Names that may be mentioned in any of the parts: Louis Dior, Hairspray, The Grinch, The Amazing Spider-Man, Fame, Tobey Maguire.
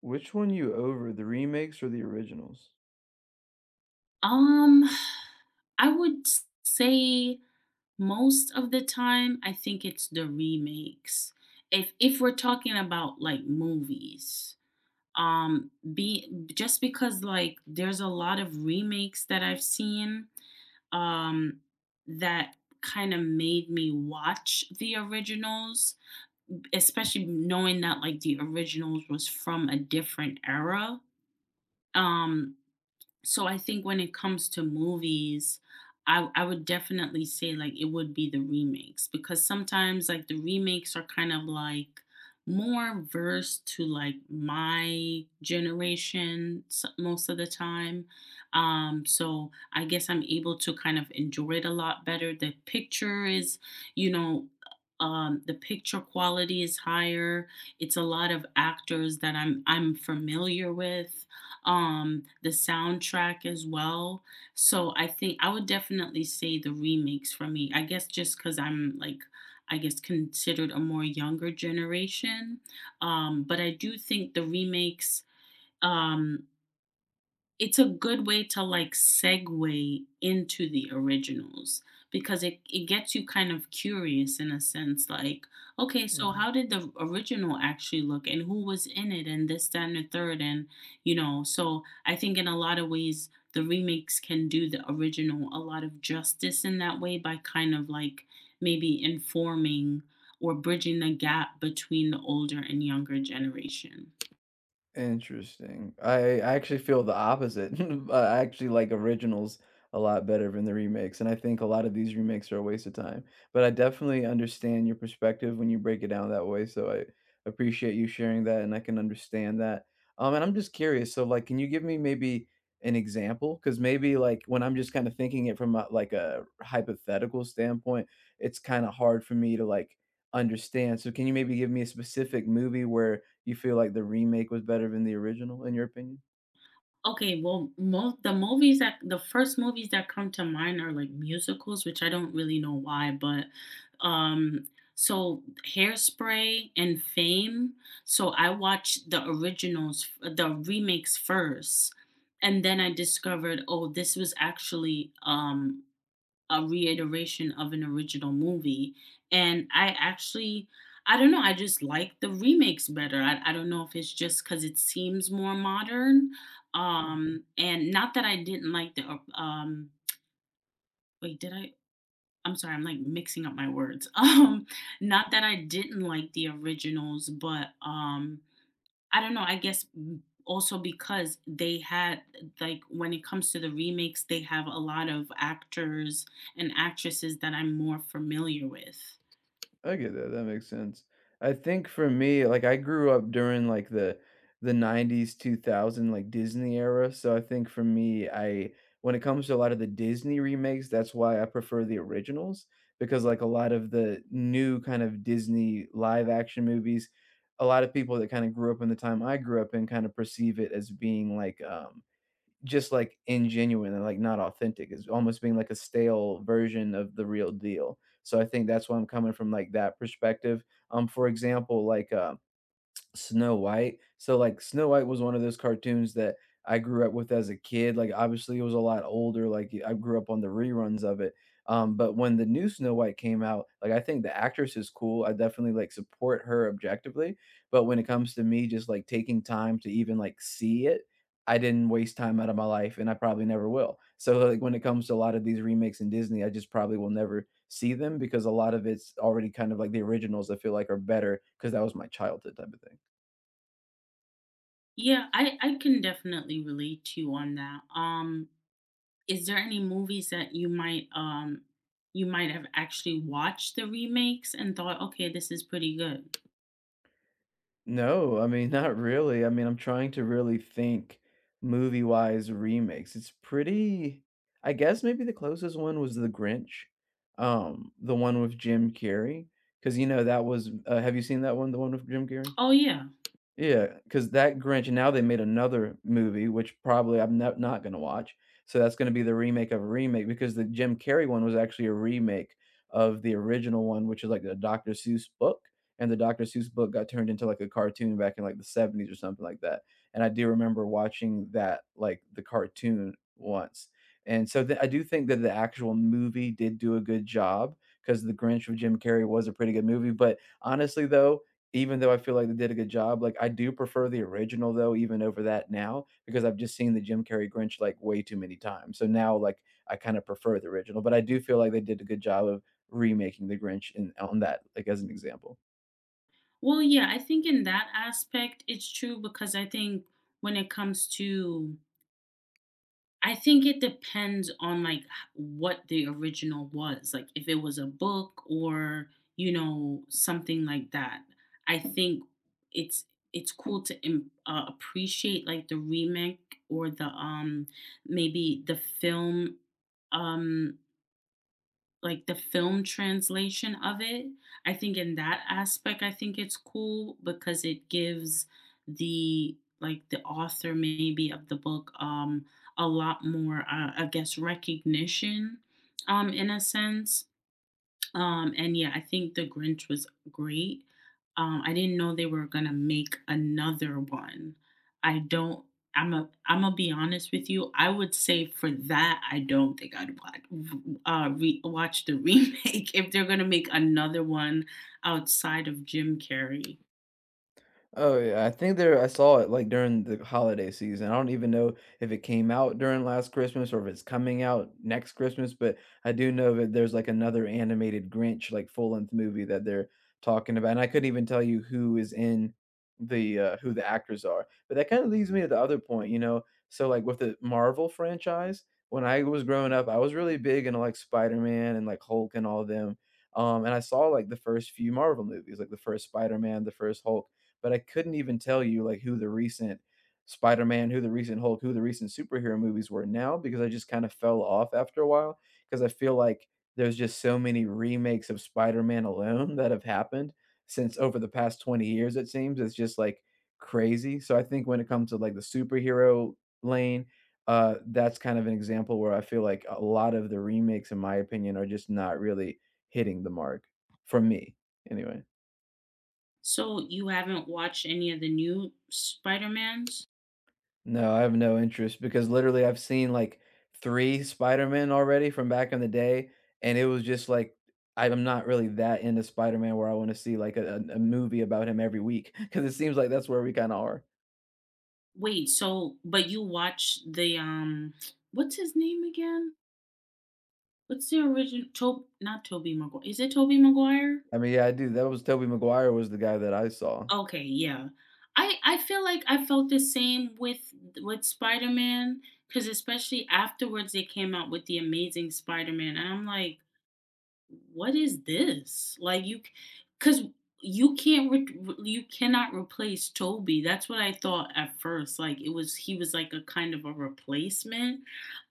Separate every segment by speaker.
Speaker 1: Which one you over, the remakes or the originals?
Speaker 2: Um, I would say most of the time, I think it's the remakes. If we're talking about like movies, be just because like there's a lot of remakes that I've seen, um, that kind of made me watch the originals, especially knowing that like the originals was from a different era. Um, so I think when it comes to movies, I would definitely say like it would be the remakes because sometimes like the remakes are kind of like more versed to like my generation most of the time. So I guess I'm able to kind of enjoy it a lot better. The picture is you know the picture quality is higher. It's a lot of actors that I'm familiar with, the soundtrack as well. So I think I would definitely say the remakes for me, I guess just because I'm like, I guess, considered a more younger generation. But I do think the remakes, um it's a good way to like segue into the originals because it gets you kind of curious in a sense like, okay, so
Speaker 1: Mhm.
Speaker 2: how did the original actually look and who was in it and this, that, and the third. And you know so I think in a lot of ways the remakes can do the original a lot of justice in that way by kind of like maybe informing or bridging the gap between the older and younger generation.
Speaker 1: Interesting. I actually feel the opposite. I actually like originals a lot better than the remakes, and I think a lot of these remakes are a waste of time. But I definitely understand your perspective when you break it down that way, so I appreciate you sharing that, and I can understand that. And I'm just curious, so like, can you give me maybe an example? Because maybe like when I'm just kind of thinking it from like a hypothetical standpoint, it's kind of hard for me to like understand. So can you maybe give me a specific movie where you feel like the remake was better than the original, in your opinion?
Speaker 2: Okay, well, the movies that the first movies that come to mind are like musicals, which I don't really know why, but um so Hairspray and Fame. So I watched the originals, the remakes first, and then I discovered, oh, this was actually a reiteration of an original movie. And I actually, I don't know, I just like the remakes better. I don't know if it's just because it seems more modern.
Speaker 1: Mhm.
Speaker 2: And not that I didn't like the, wait, did I? I'm sorry, I'm like mixing up my words. Not that I didn't like the originals, but I don't know, I guess also because they had, like, when it comes to the remakes, they have a lot of actors and actresses that I'm more familiar with.
Speaker 1: I get that, that makes sense. I think for me, like, I grew up during, like, the 90s, 2000, like, Disney era, so I think for me, I when it comes to a lot of the Disney remakes, that's why I prefer the originals, because, like, a lot of the new kind of Disney live action movies, a lot of people that kinda grew up in the time I grew up in kinda perceive it as being, like, just like ingenuine and like not authentic. It's almost being like a stale version of the real deal. So I think that's why I'm coming from like that perspective. For example, like Snow White. So, like, Snow White was one of those cartoons that I grew up with as a kid. Like, obviously, it was a lot older. Like, I grew up on the reruns of it. But when the new Snow White came out, like, I think the actress is cool. I definitely like support her objectively. But when it comes to me just like taking time to even like see it, I didn't waste time out of my life and I probably never will. So, like, when it comes to a lot of these remakes in Disney, I just probably will never see them because a lot of it's already kind of like the originals I feel like are better because that was my childhood type of thing.
Speaker 2: Yeah, I can definitely relate to you on that. Is there any movies that you might have actually watched the remakes and thought, okay, this is pretty good?
Speaker 1: No, I mean, not really. I mean, I'm trying to really think movie-wise remakes. It's pretty I guess maybe the closest one was The Grinch, the one with Jim Carrey, because you know, that was have you seen that one, the one with Jim Carrey?
Speaker 2: Oh yeah.
Speaker 1: Yeah, because that Grinch now they made another movie, which probably I'm not gonna watch, so that's gonna be the remake of a remake because the Jim Carrey one was actually a remake of the original one, which is like a Dr. Seuss book, and the Dr. Seuss book got turned into, like, a cartoon back in, like, the '70s or something like that, and I do remember watching that, like, the cartoon once, and so the I do think that the actual movie did do a good job because the Grinch with Jim Carrey was a pretty good movie, but honestly, though, even though I feel like they did a good job, like, I do prefer the original, though, even over that now, because I've just seen the Jim Carrey Grinch, like, way too many times. So now, like, I kind of prefer the original, but I do feel like they did a good job of remaking the Grinch in on that, like, as an example.
Speaker 2: Well, yeah, I think in that aspect it's true because I think when it comes to, I think it depends on, like, h what the original was, like, if it was a book or, you know, something like that. I think it's it's cool to im appreciate, like, the remake or the, um maybe the film, um like the film translation of it. I think in that aspect, I think it's cool because it gives the, like, the author maybe of the book a lot more I guess recognition in a sense. And yeah, I think The Grinch was great. I didn't know they were gonna make another one. I don't. I'm a. I'm gonna be honest with you. I would say for that, I don't think I'd watch, re- watch the remake if they're gonna make another one outside of Jim Carrey.
Speaker 1: Oh, yeah, I think there I saw it, like, during the holiday season. I don't even know if it came out during last Christmas or if it's coming out next Christmas, but I do know that there's, like, another animated Grinch, like, full-length movie that they're talking about, and I couldn't even tell you who is in the, who the actors are. But that kinda leads me to the other point, you know? So, like, with the Marvel franchise, when I was growing up, I was really big into, like, Spider-Man and, like, Hulk and all of them, and I saw, like, the first few Marvel movies, like, the first Spider-Man, the first Hulk, but I couldn't even tell you like who the recent Spider-Man, who the recent Hulk, who the recent superhero movies were now because I just kind of fell off after a while because I feel like there's just so many remakes of Spider-Man alone that have happened since over the past 20 years it seems. It's just like crazy. So I think when it comes to like the superhero lane, that's kind of an example where I feel like a lot of the remakes in my opinion are just not really hitting the mark for me anyway.
Speaker 2: So you haven't watched any of the new Spider-Mans?
Speaker 1: No, I have no interest because literally I've seen like three Spider-Man already from back in the day, and it was just like I'm not really that into Spider-Man where I wanna see like a movie about him every week because it seems like that's where we kinda are.
Speaker 2: Wait, so but you watched the what's his name again? What's the original Tob not Tobey Maguire, is it Tobey Maguire?
Speaker 1: I mean, yeah, I do. That was Tobey Maguire was the guy that I saw.
Speaker 2: Okay, yeah. I feel like I felt the same with Spider-Man, Man, because especially afterwards they came out with The Amazing Spider-Man, and I'm like, what is this? Like you Because you can't re you cannot replace Toby. That's what I thought at first, like, it was he was like a kind of a replacement.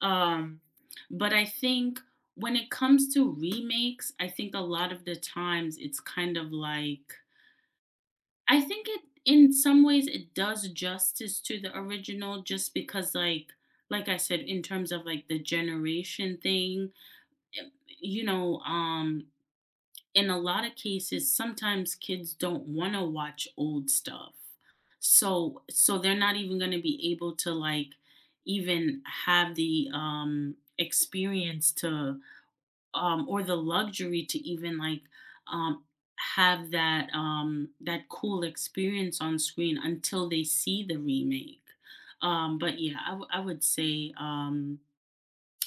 Speaker 2: um, but I think when it comes to remakes, I think a lot of the times it's kind of like, I think it in some ways it does justice to the original just because, like I said, in terms of, like, the generation thing, eh, you know. In a lot of cases sometimes kids don't want to watch old stuff, so they're not even going to be able to like even have the experience to, or the luxury to even like um have that that cool experience on screen until they see the remake. But yeah, I would say,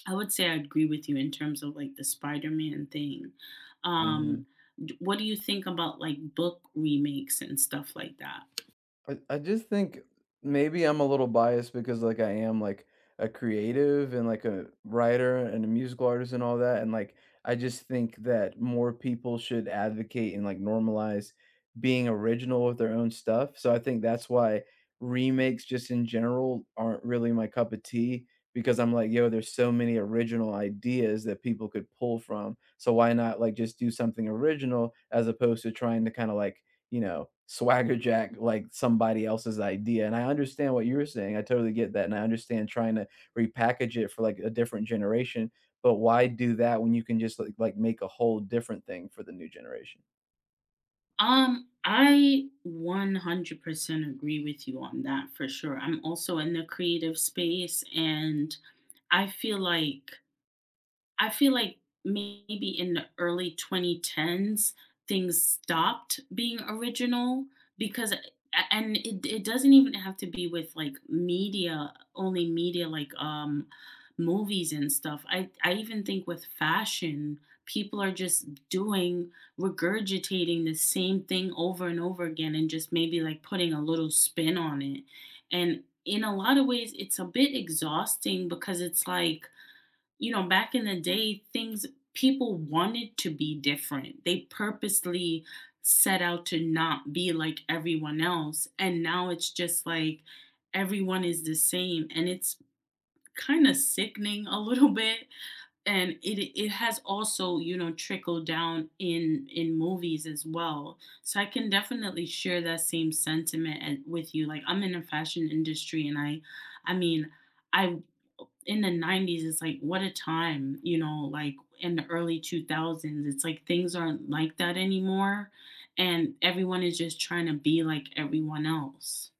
Speaker 2: I would say I agree with you in terms of like the Spider-Man thing.
Speaker 1: Mhm.
Speaker 2: Um, what do you think about like book remakes and stuff like that?
Speaker 1: I just think maybe I'm a little biased because like I am like a creative and like a writer and a musical artist and all that and like I just think that more people should advocate and like normalize being original with their own stuff. So I think that's why remakes just in general aren't really my cup of tea because I'm like, yo, there's so many original ideas that people could pull from. So why not like just do something original as opposed to trying to kind of like you know, swagger jack like somebody else's idea. And I understand what you're saying. I totally get that. And I understand trying to repackage it for like a different generation. But why do that when you can just like make a whole different thing for the new generation?
Speaker 2: I 100% agree with you on that for sure. I'm also in the creative space, and I feel like I feel like maybe in the early 2010s, things stopped being original because, and it doesn't even have to be with like media, only media like movies and stuff. I even think with fashion people are just doing, regurgitating the same thing over and over again and just maybe like putting a little spin on it. And in a lot of ways it's a bit exhausting because it's like, you know, back in the day, things, people wanted to be different. They purposely set out to not be like everyone else. And now it's just like everyone is the same. And it's kind of sickening a little bit. And it has also, you know, trickled down in movies as well. So I can definitely share that same sentiment and with you. Like, I'm in the fashion industry, and I mean, I, in the 90s, it's like what a time, you know. Like in the early 2000s, it's like things aren't like that anymore, and everyone is just trying to be like everyone else.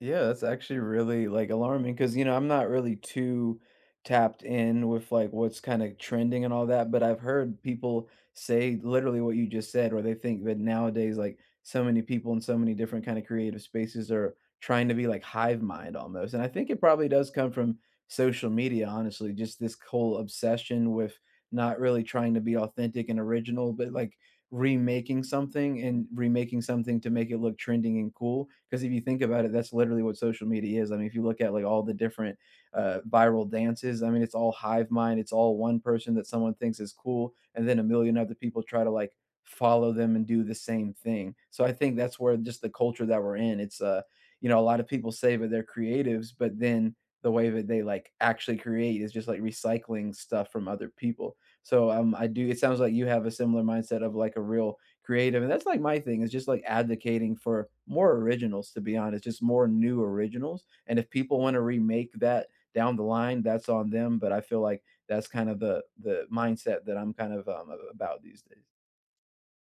Speaker 1: Yeah, that's actually really, like, alarming because you know, I'm not really too tapped in with, like, what's kinda trending and all that, but I've heard people say literally what you just said, where they think that nowadays, like, so many people in so many different kinda creative spaces are trying to be like hive mind almost, and I think it probably does come from social media, honestly, just this whole obsession with not really trying to be authentic and original, but, like, remaking something and remaking something to make it look trending and cool. Because if you think about it, that's literally what social media is. I mean, if you look at like all the different viral dances, I mean, it's all hive mind. It's all one person that someone thinks is cool, and then a million other people try to like follow them and do the same thing. So I think that's where just the culture that we're in. It's you know, a lot of people say that they're creatives, but then the way that they like actually create is just like recycling stuff from other people so, I do it sounds like you have a similar mindset of, like, a real creative and that's, like, my thing is just, like, advocating for more originals, to be honest, just more new originals, and if people wanna remake that down the line, that's on them, but I feel like that's kind of the mindset that I'm kind of, about these days.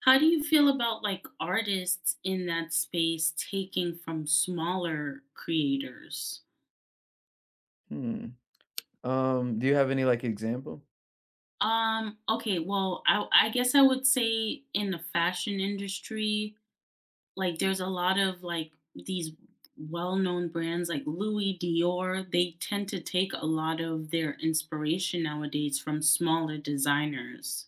Speaker 2: How do you feel about like artists in that space taking from smaller creators?
Speaker 1: Hmm. Do you have any, like, example?
Speaker 2: Okay, well, I guess I would say in the fashion industry, like there's a lot of like these well-known brands like Louis Dior, they tend to take a lot of their inspiration nowadays from smaller designers.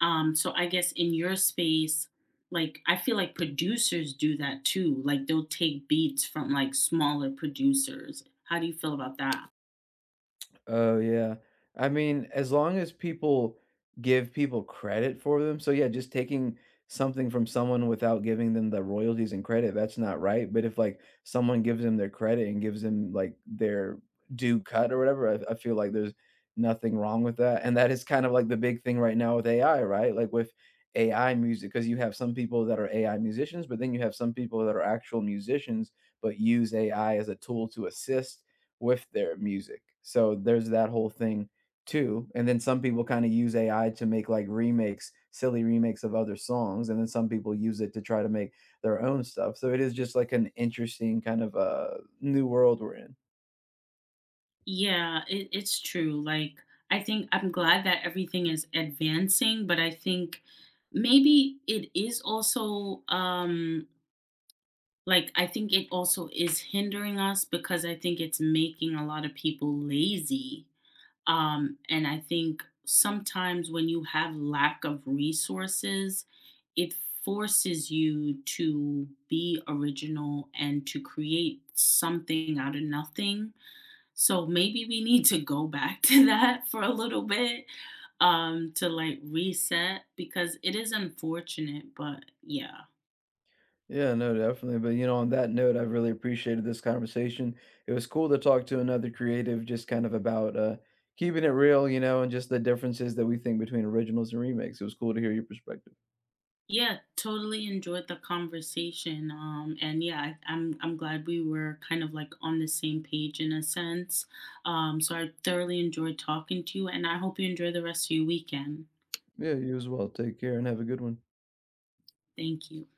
Speaker 2: So I guess in your space, like I feel like producers do that too. Like they'll take beats from like smaller producers. How do you feel about that?
Speaker 1: Oh, yeah. I mean, as long as people give people credit for them so, yeah, just taking something from someone without giving them the royalties and credit, that's not right, but if, like, someone gives them their credit and gives them, like, their due cut or whatever, I feel like there's nothing wrong with that, and that is kind of, like, the big thing right now with AI, right? Like, with AI music, because you have some people that are AI musicians, but then you have some people that are actual musicians, but use AI as a tool to assist with their music. So there's that whole thing too. And then some people kind of use AI to make like remakes, silly remakes of other songs, and then some people use it to try to make their own stuff. So it is just like an interesting kind of new world we're in.
Speaker 2: Yeah, it's true. Like, I think I'm glad that everything is advancing, but I think maybe it is also, like, I think it also is hindering us because I think it's making a lot of people lazy. And I think sometimes when you have lack of resources, it forces you to be original and to create something out of nothing. So maybe we need to go back to that for a little bit to like reset, because it is unfortunate, but yeah.
Speaker 1: Yeah, no, definitely. But you know, on that note, I really appreciated this conversation. It was cool to talk to another creative just kind of about keeping it real, you know, and just the differences that we think between originals and remakes. It was cool to hear your perspective.
Speaker 2: Yeah, totally enjoyed the conversation. And yeah, I'm glad we were kind of like on the same page in a sense. So I thoroughly enjoyed talking to you, and I hope you enjoy the rest of your weekend.
Speaker 1: Yeah, you as well. Take care and have a good one.
Speaker 2: Thank you.